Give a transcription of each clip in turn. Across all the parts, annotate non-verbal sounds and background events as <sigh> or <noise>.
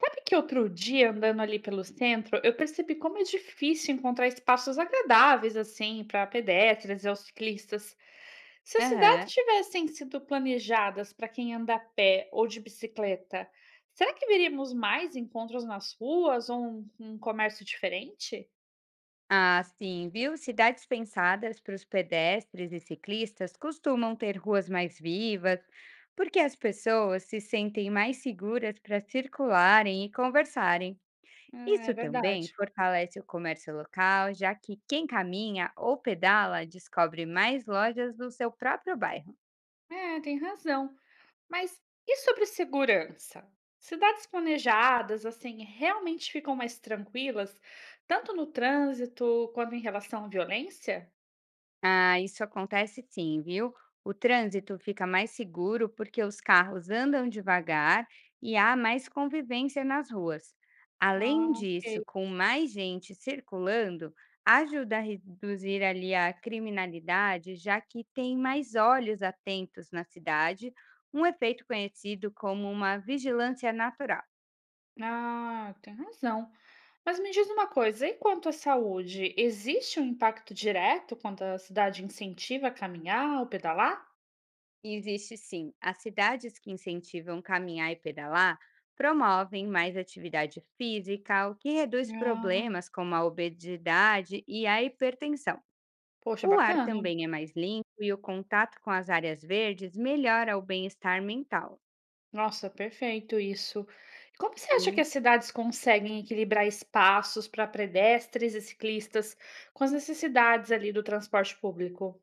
Sabe que outro dia, andando ali pelo centro, eu percebi como é difícil encontrar espaços agradáveis assim para pedestres e aos ciclistas. Se as cidades Aham. tivessem sido planejadas para quem anda a pé ou de bicicleta, será que veríamos mais encontros nas ruas ou um comércio diferente? Ah, sim, viu? Cidades pensadas para os pedestres e ciclistas costumam ter ruas mais vivas, porque as pessoas se sentem mais seguras para circularem e conversarem. Ah, Isso é também verdade. fortalece o comércio local, já que quem caminha ou pedala descobre mais lojas do seu próprio bairro. É, tem razão. Mas e sobre segurança? Cidades planejadas, assim, realmente ficam mais tranquilas, tanto no trânsito quanto em relação à violência? Ah, isso acontece sim, viu? O trânsito fica mais seguro porque os carros andam devagar e há mais convivência nas ruas. Ah, Além disso, ok. com mais gente circulando, ajuda a reduzir ali a criminalidade, já que tem mais olhos atentos na cidade, um efeito conhecido como uma vigilância natural. Ah, tem razão. Mas me diz uma coisa, e quanto à saúde, existe um impacto direto quando a cidade incentiva a caminhar ou pedalar? Existe sim. As cidades que incentivam caminhar e pedalar promovem mais atividade física, o que reduz Ah, problemas como a obesidade e a hipertensão. poxa, O ar bacana. também é mais limpo e o contato com as áreas verdes melhora o bem-estar mental. Nossa, perfeito isso. Como você acha que Sim. as cidades conseguem equilibrar espaços para pedestres e ciclistas com as necessidades ali do transporte público?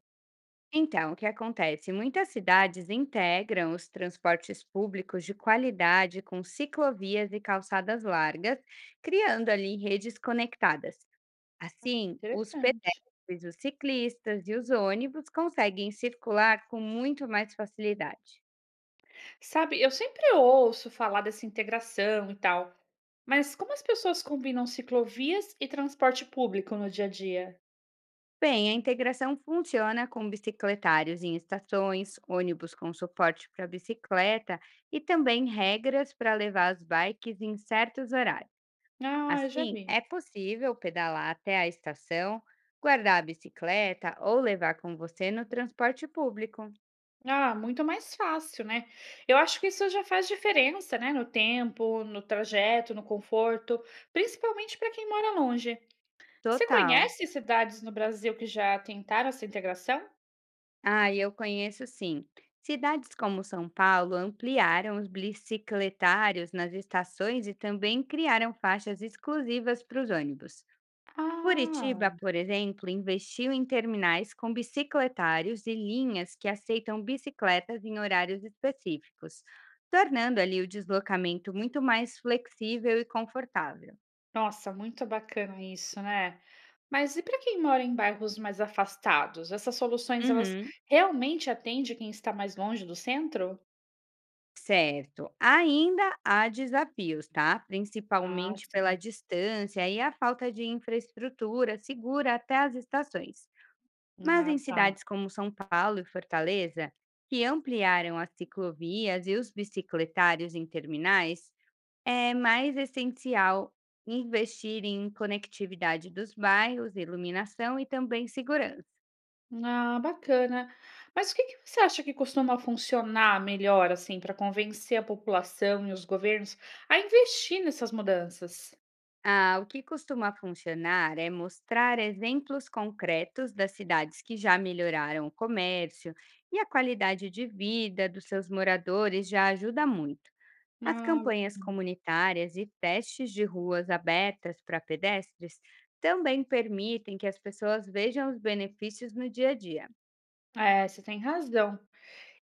Então, o que acontece? Muitas cidades integram os transportes públicos de qualidade com ciclovias e calçadas largas, criando ali redes conectadas. Assim, os Interessante. pedestres, os ciclistas e os ônibus conseguem circular com muito mais facilidade. Sabe, eu sempre ouço falar dessa integração e tal, mas como as pessoas combinam ciclovias e transporte público no dia a dia? Bem, a integração funciona com bicicletários em estações, ônibus com suporte para bicicleta e também regras para levar as bikes em certos horários. Ah, eu já Assim, vi. é possível pedalar até a estação, guardar a bicicleta ou levar com você no transporte público. Ah, muito mais fácil, né? Eu acho que isso já faz diferença, né? No tempo, no trajeto, no conforto, principalmente para quem mora longe. Você Total. conhece cidades no Brasil que já tentaram essa integração? Ah, eu conheço sim. Cidades como São Paulo ampliaram os bicicletários nas estações e também criaram faixas exclusivas para os ônibus. Curitiba, Ah, por exemplo, investiu em terminais com bicicletários e linhas que aceitam bicicletas em horários específicos, tornando ali o deslocamento muito mais flexível e confortável. nossa, muito bacana isso, né? Mas e para quem mora em bairros mais afastados? Essas soluções, elas Uhum. realmente atendem quem está mais longe do centro? Certo. Ainda há desafios, tá? Ah, Principalmente pela sim. distância e a falta de infraestrutura segura até as estações. Mas Ah, em tá. cidades como São Paulo e Fortaleza, que ampliaram as ciclovias e os bicicletários em terminais, é mais essencial investir em conectividade dos bairros, iluminação e também segurança. Ah, bacana. Mas o que que você acha que costuma funcionar melhor, assim, para convencer a população e os governos a investir nessas mudanças? Ah, o que costuma funcionar é mostrar exemplos concretos das cidades que já melhoraram o comércio e a qualidade de vida dos seus moradores já ajuda muito. As Ah, campanhas comunitárias e testes de ruas abertas para pedestres também permitem que as pessoas vejam os benefícios no dia a dia. é, você tem razão.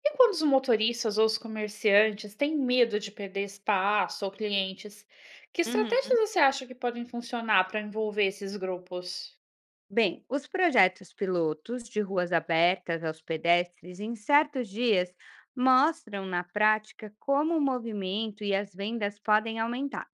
E quando os motoristas ou os comerciantes têm medo de perder espaço ou clientes, que estratégias você acha que podem funcionar para envolver esses grupos? Bem, os projetos pilotos de ruas abertas aos pedestres em certos dias mostram na prática como o movimento e as vendas podem aumentar.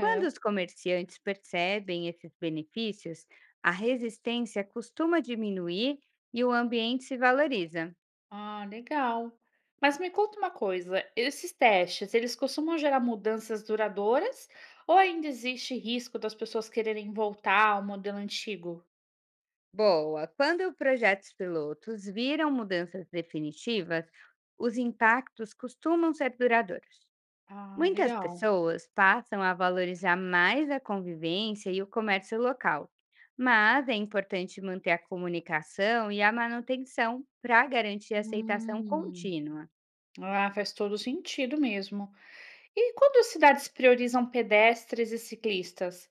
Quando os comerciantes percebem esses benefícios, a resistência costuma diminuir e o ambiente se valoriza. Ah, legal. Mas me conta uma coisa, esses testes, eles costumam gerar mudanças duradouras ou ainda existe risco das pessoas quererem voltar ao modelo antigo? Boa! Quando projetos pilotos viram mudanças definitivas, os impactos costumam ser duradouros. Ah, Muitas legal. pessoas passam a valorizar mais a convivência e o comércio local, mas é importante manter a comunicação e a manutenção para garantir a aceitação Hum, contínua. ah, faz todo sentido mesmo. E quando as cidades priorizam pedestres e ciclistas?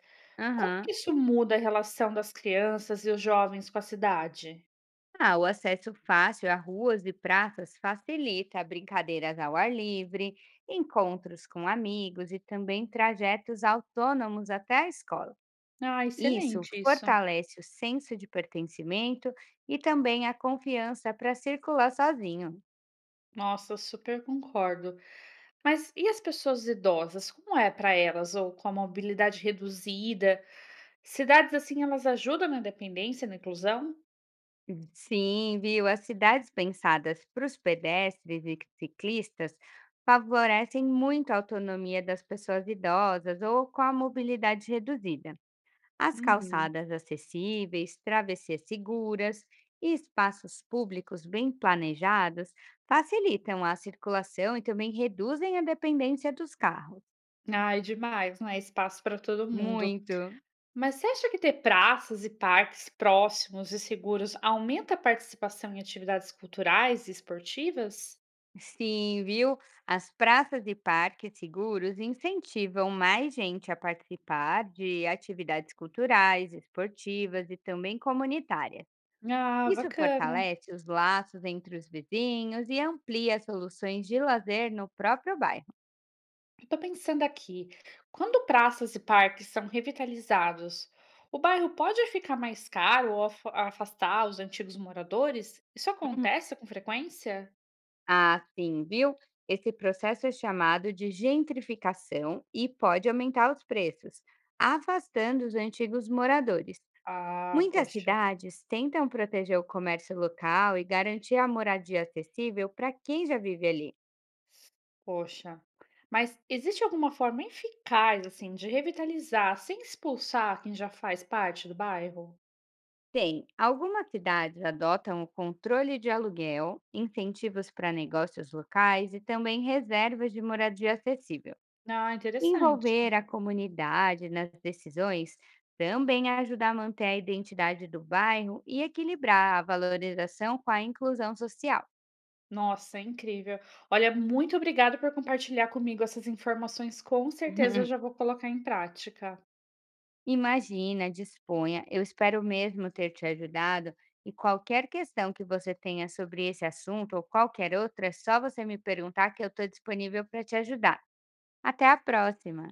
Como Aham. que isso muda a relação das crianças e os jovens com a cidade? Ah, o acesso fácil a ruas e praças facilita brincadeiras ao ar livre, encontros com amigos e também trajetos autônomos até a escola. Ah, Isso excelente isso. fortalece o senso de pertencimento e também a confiança para circular sozinho. Nossa, super concordo. Mas e as pessoas idosas? Como é para elas ou com a mobilidade reduzida? Cidades assim, elas ajudam na dependência, na inclusão? Sim, viu? As cidades pensadas para os pedestres e ciclistas favorecem muito a autonomia das pessoas idosas ou com a mobilidade reduzida. As Uhum. calçadas acessíveis, travessias seguras e espaços públicos bem planejados facilitam a circulação e também reduzem a dependência dos carros. Ai, demais, né? Espaço para todo mundo. Muito. Mas você acha que ter praças e parques próximos e seguros aumenta a participação em atividades culturais e esportivas? Sim, viu? As praças e parques seguros incentivam mais gente a participar de atividades culturais, esportivas e também comunitárias. Ah, Isso bacana. fortalece os laços entre os vizinhos e amplia soluções de lazer no próprio bairro. Eu tô pensando aqui, quando praças e parques são revitalizados, o bairro pode ficar mais caro ou afastar os antigos moradores? Isso Uhum. acontece com frequência? Ah, sim, viu? Esse processo é chamado de gentrificação e pode aumentar os preços, afastando os antigos moradores. Ah, Muitas poxa, cidades tentam proteger o comércio local e garantir a moradia acessível para quem já vive ali. poxa. Mas existe alguma forma eficaz, assim, de revitalizar sem expulsar quem já faz parte do bairro? Tem, algumas cidades adotam o controle de aluguel, incentivos para negócios locais e também reservas de moradia acessível. Ah, interessante. Envolver a comunidade nas decisões também ajuda a manter a identidade do bairro e equilibrar a valorização com a inclusão social. Nossa, é incrível. Olha, muito obrigada por compartilhar comigo essas informações. Com certeza eu <laughs> já vou colocar em prática. Imagina, disponha. Eu espero mesmo ter te ajudado. E qualquer questão que você tenha sobre esse assunto ou qualquer outra, é só você me perguntar que eu estou disponível para te ajudar. Até a próxima!